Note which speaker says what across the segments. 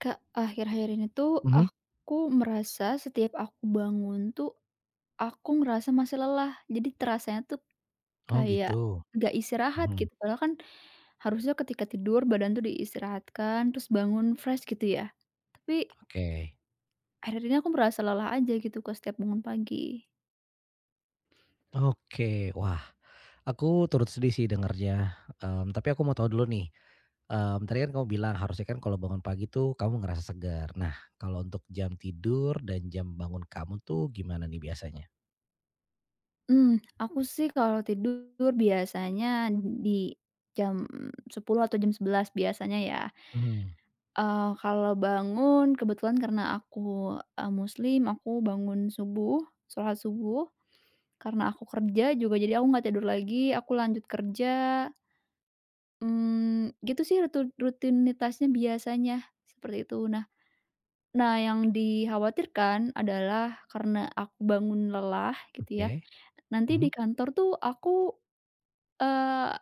Speaker 1: Kak, akhir-akhir ini tuh
Speaker 2: Mhm.
Speaker 1: aku merasa setiap aku bangun tuh, aku ngerasa masih lelah. Jadi terasanya tuh
Speaker 2: Oh
Speaker 1: kayak
Speaker 2: gitu.
Speaker 1: gak istirahat
Speaker 2: Mhm,
Speaker 1: gitu. Padahal kan harusnya ketika tidur badan tuh diistirahatkan, terus bangun fresh gitu ya. Tapi
Speaker 2: oke.
Speaker 1: akhir-akhir ini aku merasa lelah aja gitu ke setiap bangun pagi.
Speaker 2: Oke, wah aku turut sedih sih dengernya, tapi aku mau tahu dulu nih, tadi kan kamu bilang harusnya kan kalau bangun pagi tuh kamu ngerasa segar. Nah kalau untuk jam tidur dan jam bangun kamu tuh gimana nih biasanya?
Speaker 1: Aku sih kalau tidur biasanya di jam 10 atau jam 11 biasanya ya.
Speaker 2: Mmm,
Speaker 1: Kalau bangun kebetulan karena aku, muslim, aku bangun subuh, sholat subuh. Karena aku kerja juga jadi aku nggak tidur lagi, aku lanjut kerja, gitu sih rutinitasnya biasanya, seperti itu. Nah nah yang dikhawatirkan adalah karena aku bangun lelah gitu ya,
Speaker 2: oke.
Speaker 1: nanti di
Speaker 2: Mhm,
Speaker 1: kantor tuh aku, eee,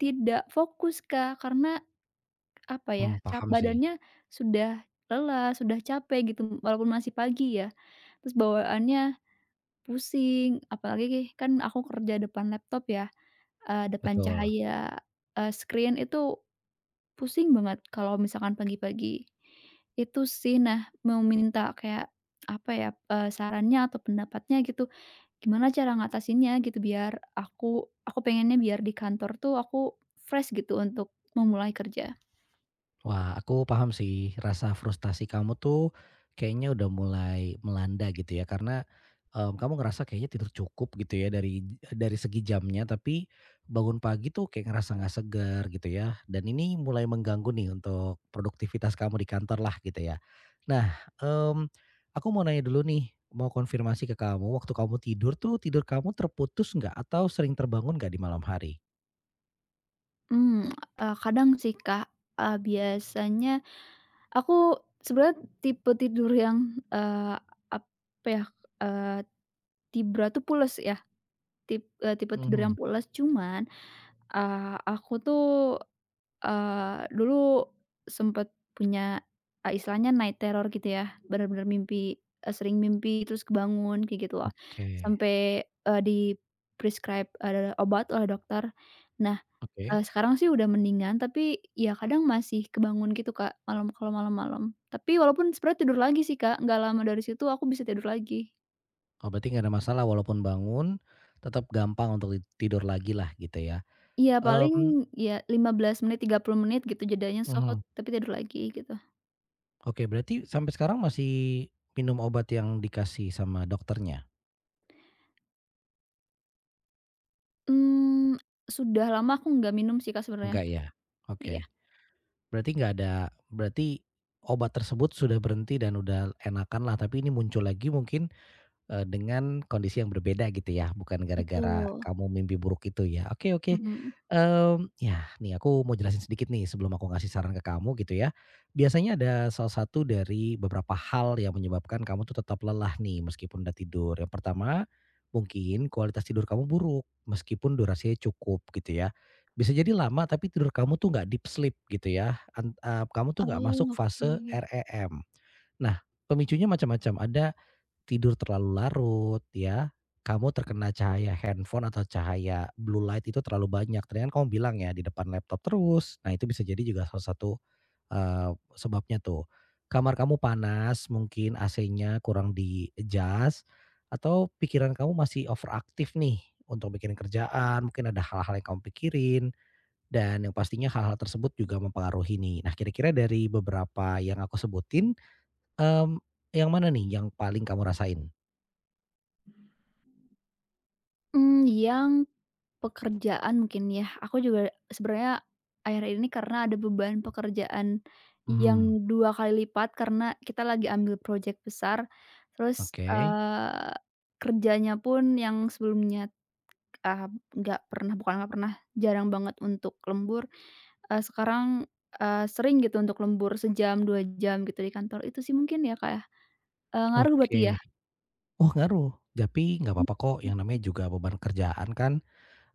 Speaker 1: tidak fokus, Kak, karena apa ya,
Speaker 2: paham sih,
Speaker 1: badannya sudah lelah, sudah capek gitu walaupun masih pagi ya, terus bawaannya pusing, apalagi kan aku kerja depan laptop ya, depan
Speaker 2: betul.
Speaker 1: cahaya, screen itu pusing banget kalau misalkan pagi-pagi. Itu sih, nah mau minta kayak apa ya, sarannya atau pendapatnya gitu, gimana cara ngatasinnya gitu biar aku pengennya biar di kantor tuh aku fresh gitu untuk memulai kerja.
Speaker 2: Wah, aku paham sih rasa frustasi kamu tuh kayaknya udah mulai melanda gitu ya karena, kamu ngerasa kayaknya tidur cukup gitu ya dari segi jamnya tapi bangun pagi tuh kayak ngerasa nggak segar gitu ya dan ini mulai mengganggu nih untuk produktivitas kamu di kantor lah gitu ya. Nah, mmm, aku mau nanya dulu nih, mau konfirmasi ke kamu, waktu kamu tidur tuh tidur kamu terputus nggak atau sering terbangun nggak di malam hari?
Speaker 1: Mmm, Kadang sih, Kak. Biasanya aku sebenarnya tipe tidur yang, apa ya, eee, Tibra tuh pules ya, tipe tidur yang
Speaker 2: Mhm,
Speaker 1: pules. Cuman, aku tuh, dulu sempet punya, istilahnya night terror gitu ya, bener-bener mimpi, sering mimpi terus kebangun kayak gitu loh.
Speaker 2: oke,
Speaker 1: Sampai, di-prescribe, obat oleh dokter. Nah,
Speaker 2: oke.
Speaker 1: sekarang sih udah mendingan, tapi ya kadang masih kebangun gitu, Kak, malam kalau malam-malam. Tapi walaupun sebenarnya tidur lagi sih, Kak, nggak lama dari situ aku bisa tidur lagi.
Speaker 2: Oh, berarti nggak ada masalah walaupun bangun, tetap gampang untuk tidur lagi lah gitu ya?
Speaker 1: Iya paling
Speaker 2: Mmm,
Speaker 1: ya 15 menit, 30 menit gitu jedanya, terus aku
Speaker 2: mhm,
Speaker 1: tapi tidur lagi gitu.
Speaker 2: oke, berarti sampai sekarang masih minum obat yang dikasih sama dokternya?
Speaker 1: Mmm, sudah lama aku nggak minum sih, Kak, sebenarnya.
Speaker 2: Enggak ya?
Speaker 1: Iya,
Speaker 2: Oke, berarti nggak ada, berarti obat tersebut sudah berhenti dan udah enakan lah, tapi ini muncul lagi mungkin dengan kondisi yang berbeda gitu ya, bukan gara-gara
Speaker 1: betul,
Speaker 2: kamu mimpi buruk itu ya. Oke oke.
Speaker 1: mhm.
Speaker 2: Mmm, ya nih aku mau jelasin sedikit nih sebelum aku ngasih saran ke kamu gitu ya. Biasanya ada salah satu dari beberapa hal yang menyebabkan kamu tuh tetap lelah nih meskipun udah tidur. Yang pertama, mungkin kualitas tidur kamu buruk meskipun durasinya cukup gitu ya. Bisa jadi lama tapi tidur kamu tuh nggak deep sleep gitu ya, kamu tuh nggak
Speaker 1: Oh,
Speaker 2: masuk
Speaker 1: oke.
Speaker 2: fase REM. Nah, pemicunya macam-macam, ada tidur terlalu larut ya, kamu terkena cahaya handphone atau cahaya blue light itu terlalu banyak. Tadi kan kamu bilang ya di depan laptop terus, nah itu bisa jadi juga salah satu, sebabnya tuh. Kamar kamu panas, mungkin AC-nya kurang di-adjust, atau pikiran kamu masih overaktif nih untuk mikirin kerjaan, mungkin ada hal-hal yang kamu pikirin, dan yang pastinya hal-hal tersebut juga mempengaruhi nih. Nah kira-kira dari beberapa yang aku sebutin, mmm, yang mana nih yang paling kamu rasain?
Speaker 1: Mmm, yang Pekerjaan mungkin ya, aku juga sebenarnya akhir-akhir ini karena ada beban pekerjaan
Speaker 2: Mmm,
Speaker 1: yang 2 kali lipat karena kita lagi ambil project besar, terus,
Speaker 2: oke
Speaker 1: eee, kerjanya pun yang sebelumnya, eee, nggak pernah bukan nggak pernah, jarang banget untuk lembur, sekarang, sering gitu untuk lembur 1 jam, 2 jam gitu di kantor. Itu sih mungkin ya, Kak, ya. Eh, ngaruh berarti
Speaker 2: oke.
Speaker 1: ya?
Speaker 2: Oh ngaruh, tapi nggak
Speaker 1: Mhm,
Speaker 2: apa-apa, kok, yang
Speaker 1: mhm.
Speaker 2: namanya juga beban kerjaan kan,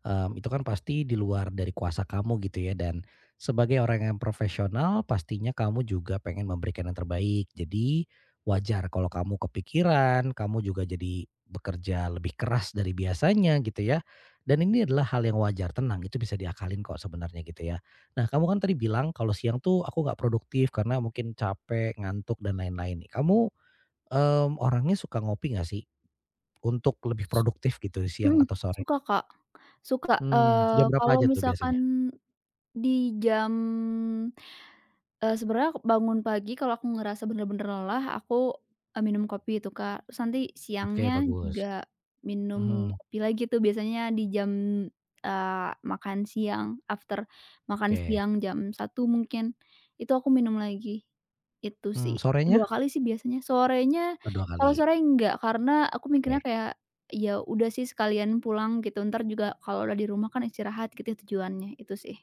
Speaker 2: itu kan pasti di luar dari kuasa kamu gitu ya dan sebagai orang yang profesional pastinya kamu juga pengen memberikan yang terbaik. Jadi wajar kalau kamu kepikiran, kamu juga jadi bekerja lebih keras dari biasanya gitu ya, dan ini adalah hal yang wajar, tenang, itu bisa diakalin kok sebenarnya gitu ya. Nah kamu kan tadi bilang kalau siang tuh aku nggak produktif karena mungkin capek, ngantuk dan lain-lain. Kamu orangnya suka ngopi nggak sih? Untuk lebih produktif gitu siang
Speaker 1: Mhm,
Speaker 2: atau sore?
Speaker 1: suka, Kak, suka,
Speaker 2: Jam berapa
Speaker 1: kalau
Speaker 2: aja tuh
Speaker 1: misalkan
Speaker 2: biasanya?
Speaker 1: Di jam sebenarnya bangun pagi kalau aku ngerasa bener-bener lelah, aku, minum kopi itu, Kak. Terus nanti
Speaker 2: Oke
Speaker 1: siangnya
Speaker 2: bagus,
Speaker 1: juga minum
Speaker 2: mhm,
Speaker 1: kopi lagi tuh biasanya di jam, makan siang, after makan
Speaker 2: oke,
Speaker 1: siang jam 1 mungkin, itu aku minum lagi. Itu sih,
Speaker 2: sorenya?
Speaker 1: 2 kali sih biasanya. Sorenya
Speaker 2: Oh 2
Speaker 1: kalau
Speaker 2: kali,
Speaker 1: sore enggak, karena aku mikirnya
Speaker 2: oke.
Speaker 1: kayak, ya udah sih sekalian pulang gitu, entar juga kalau udah di rumah kan istirahat gitu ya tujuannya, itu sih.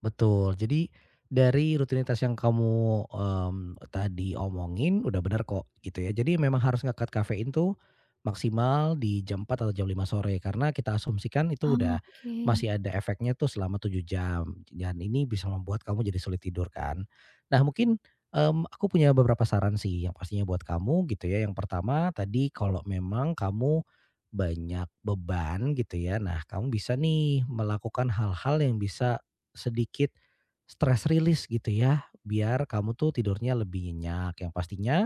Speaker 2: Betul. Jadi dari rutinitas yang kamu, tadi omongin udah benar kok gitu ya. Jadi memang harus ngangkat kafein tuh maksimal di jam 4 atau jam 5 sore karena kita asumsikan itu udah
Speaker 1: Oke,
Speaker 2: masih ada efeknya tuh selama 7 jam dan ini bisa membuat kamu jadi sulit tidur kan. Nah mungkin, aku punya beberapa saran sih yang pastinya buat kamu gitu ya. Yang pertama tadi kalau memang kamu banyak beban gitu ya, nah kamu bisa nih melakukan hal-hal yang bisa sedikit stress release gitu ya, biar kamu tuh tidurnya lebih nyenyak. Yang pastinya,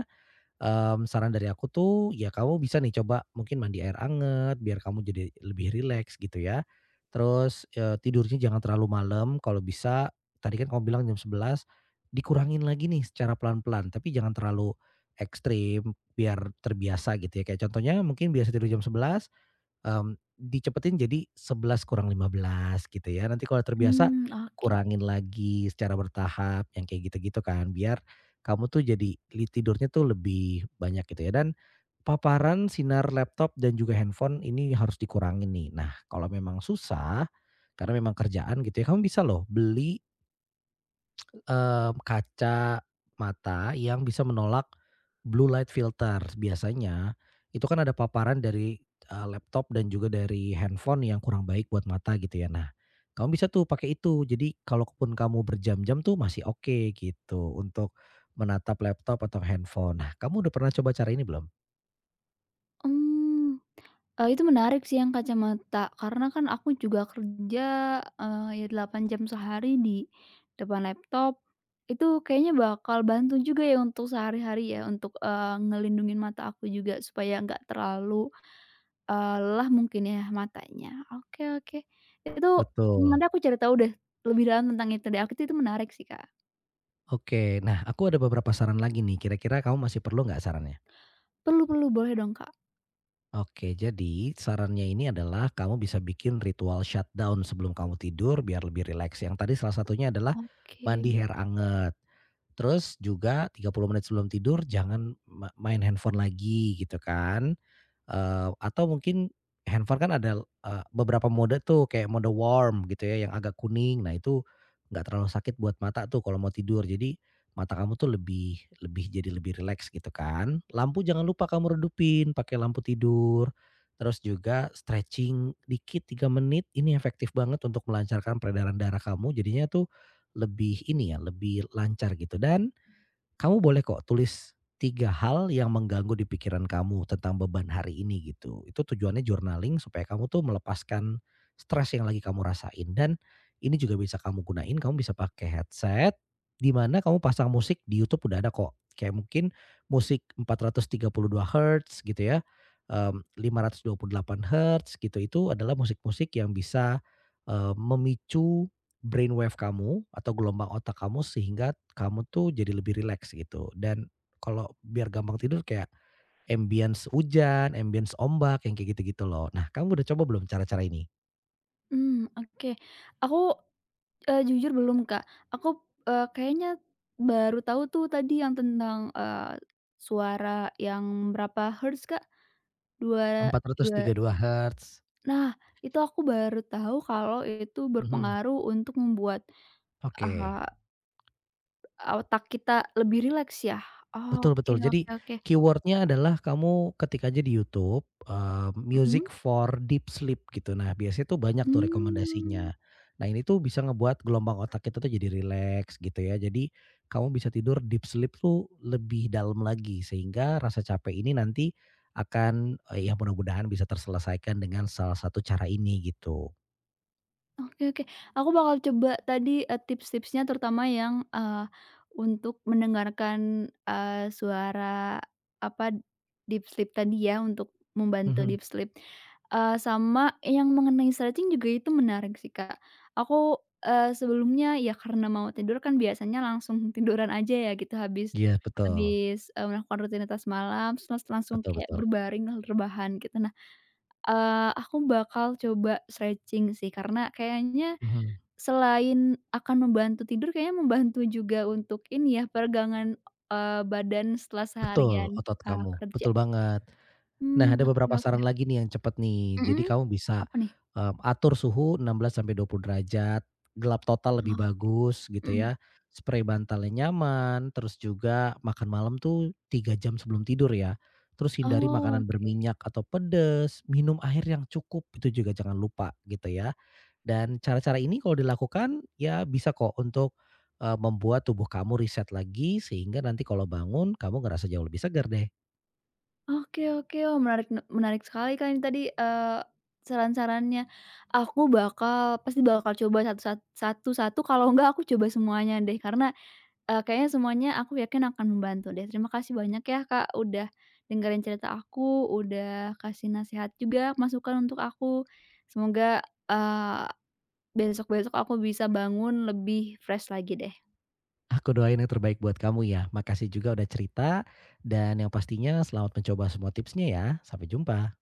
Speaker 2: saran dari aku tuh, ya kamu bisa nih coba mungkin mandi air anget, biar kamu jadi lebih rileks gitu ya. Terus, tidurnya jangan terlalu malam, kalau bisa, tadi kan kamu bilang jam 11, dikurangin lagi nih secara pelan-pelan, tapi jangan terlalu ekstrim, biar terbiasa gitu ya. Kayak contohnya mungkin biasa tidur jam 11. Dicepetin jadi 11 kurang 15 gitu ya, nanti kalau terbiasa
Speaker 1: oke,
Speaker 2: kurangin lagi secara bertahap yang kayak gitu-gitu kan, biar kamu tuh jadi tidurnya tuh lebih banyak gitu ya, dan paparan sinar laptop dan juga handphone ini harus dikurangin nih. Nah, kalau memang susah, karena memang kerjaan gitu ya, kamu bisa loh beli kaca mata yang bisa menolak blue light filter. Biasanya itu kan ada paparan dari, laptop dan juga dari handphone yang kurang baik buat mata gitu ya. Nah, kamu bisa tuh pakai itu. Jadi kalaupun kamu berjam-jam tuh masih oke gitu untuk menatap laptop atau handphone. Nah, kamu udah pernah coba cara ini belum?
Speaker 1: mmm, itu menarik sih yang kacamata karena kan aku juga kerja, ya 8 jam sehari di depan laptop, itu kayaknya bakal bantu juga ya untuk sehari-hari ya untuk, ngelindungin mata aku juga supaya nggak terlalu, lelah mungkin ya matanya. Oke, oke, itu
Speaker 2: Betul.
Speaker 1: nanti aku cari tahu deh lebih dalam tentang itu deh, aku itu menarik sih, Kak.
Speaker 2: Oke. Nah, aku ada beberapa saran lagi nih. Kira-kira kamu masih perlu nggak sarannya?
Speaker 1: Perlu, perlu, boleh dong, Kak.
Speaker 2: Oke, jadi sarannya ini adalah kamu bisa bikin ritual shutdown sebelum kamu tidur biar lebih rileks. Yang tadi salah satunya adalah
Speaker 1: Oke,
Speaker 2: mandi air anget. Terus juga 30 menit sebelum tidur jangan main handphone lagi gitu kan. Atau mungkin handphone kan ada, beberapa mode tuh kayak mode warm gitu ya yang agak kuning. Nah itu nggak terlalu sakit buat mata tuh kalau mau tidur. Jadi mata kamu tuh lebih lebih jadi lebih rileks gitu kan. Lampu jangan lupa kamu redupin, pakai lampu tidur, terus juga stretching dikit 3 menit, ini efektif banget untuk melancarkan peredaran darah kamu jadinya tuh lebih ini ya, lebih lancar gitu, dan kamu boleh kok tulis 3 hal yang mengganggu di pikiran kamu tentang beban hari ini gitu. Itu tujuannya journaling supaya kamu tuh melepaskan stres yang lagi kamu rasain, dan ini juga bisa kamu gunain, kamu bisa pakai headset di mana kamu pasang musik di YouTube, udah ada kok. Kayak mungkin musik 432 hertz gitu ya, 528 hertz gitu, itu adalah musik-musik yang bisa, memicu brainwave kamu atau gelombang otak kamu sehingga kamu tuh jadi lebih rileks gitu, dan kalau biar gampang tidur kayak ambience hujan, ambience ombak yang kayak gitu-gitu loh. Nah kamu udah coba belum cara-cara ini?
Speaker 1: oke, aku jujur belum, Kak. Aku, kayaknya baru tahu tuh tadi yang tentang, suara yang berapa hertz, Kak? Dua
Speaker 2: empat ratus tiga
Speaker 1: dua
Speaker 2: puluh dua hertz,
Speaker 1: nah, itu aku baru tahu kalau itu
Speaker 2: mhm,
Speaker 1: berpengaruh untuk membuat,
Speaker 2: oke.
Speaker 1: eee, otak kita lebih rileks ya?
Speaker 2: Betul
Speaker 1: Oke,
Speaker 2: betul. Jadi
Speaker 1: oke, oke.
Speaker 2: keywordnya adalah kamu ketik aja di YouTube,
Speaker 1: Mhm,
Speaker 2: music for deep sleep gitu. Nah, biasanya tuh banyak tuh
Speaker 1: mmm.
Speaker 2: rekomendasinya. Nah, ini tuh bisa ngebuat gelombang otak kita tuh jadi rileks gitu ya. Jadi kamu bisa tidur deep sleep tuh lebih dalam lagi sehingga rasa capek ini nanti akan, ya mudah-mudahan bisa terselesaikan dengan salah satu cara ini gitu.
Speaker 1: Oke, oke. Aku bakal coba tadi, tips-tipsnya terutama yang, untuk mendengarkan, suara apa, deep sleep tadi ya, untuk membantu
Speaker 2: Mhm.
Speaker 1: deep sleep. Sama yang mengenai stretching juga itu menarik sih, Kak. Aku, sebelumnya ya karena mau tidur kan biasanya langsung tiduran aja ya gitu habis
Speaker 2: Iya betul.
Speaker 1: habis, melakukan rutinitas malam terus langsung
Speaker 2: Betul
Speaker 1: kayak
Speaker 2: betul.
Speaker 1: berbaring, rebahan gitu. Nah, aku bakal coba stretching sih karena kayaknya
Speaker 2: Mhm.
Speaker 1: selain akan membantu tidur kayaknya membantu juga untuk ini ya, peregangan, badan setelah seharian,
Speaker 2: Betul, otot kamu.
Speaker 1: kerja.
Speaker 2: Betul banget. Nah, ada
Speaker 1: Oke,
Speaker 2: beberapa
Speaker 1: oke.
Speaker 2: saran lagi nih yang cepet nih.
Speaker 1: Mhm?
Speaker 2: Jadi kamu bisa,
Speaker 1: Apa nih?
Speaker 2: atur suhu 16-20 derajat, gelap total lebih
Speaker 1: Oh,
Speaker 2: bagus gitu
Speaker 1: mhm.
Speaker 2: ya, spray bantalnya nyaman, terus juga makan malam tuh 3 jam sebelum tidur ya. Terus hindari
Speaker 1: Oh,
Speaker 2: makanan
Speaker 1: oke.
Speaker 2: berminyak atau pedes, minum air yang cukup itu juga jangan lupa gitu ya. Dan cara-cara ini kalau dilakukan ya bisa kok untuk, membuat tubuh kamu reset lagi sehingga nanti kalau bangun kamu ngerasa jauh lebih segar deh.
Speaker 1: Oke, oke. Wah, menarik sekali, Kak, ini tadi, saran-sarannya. Aku pasti bakal coba satu-satu kalau enggak aku coba semuanya deh, karena kayaknya semuanya aku yakin akan membantu deh. Terima kasih banyak ya, Kak, udah dengerin cerita aku, udah kasih nasihat juga, masukan untuk aku. Semoga, besok-besok aku bisa bangun lebih fresh lagi deh.
Speaker 2: Aku doain yang terbaik buat kamu ya. Makasih juga udah cerita dan yang pastinya selamat mencoba semua tipsnya ya. Sampai jumpa.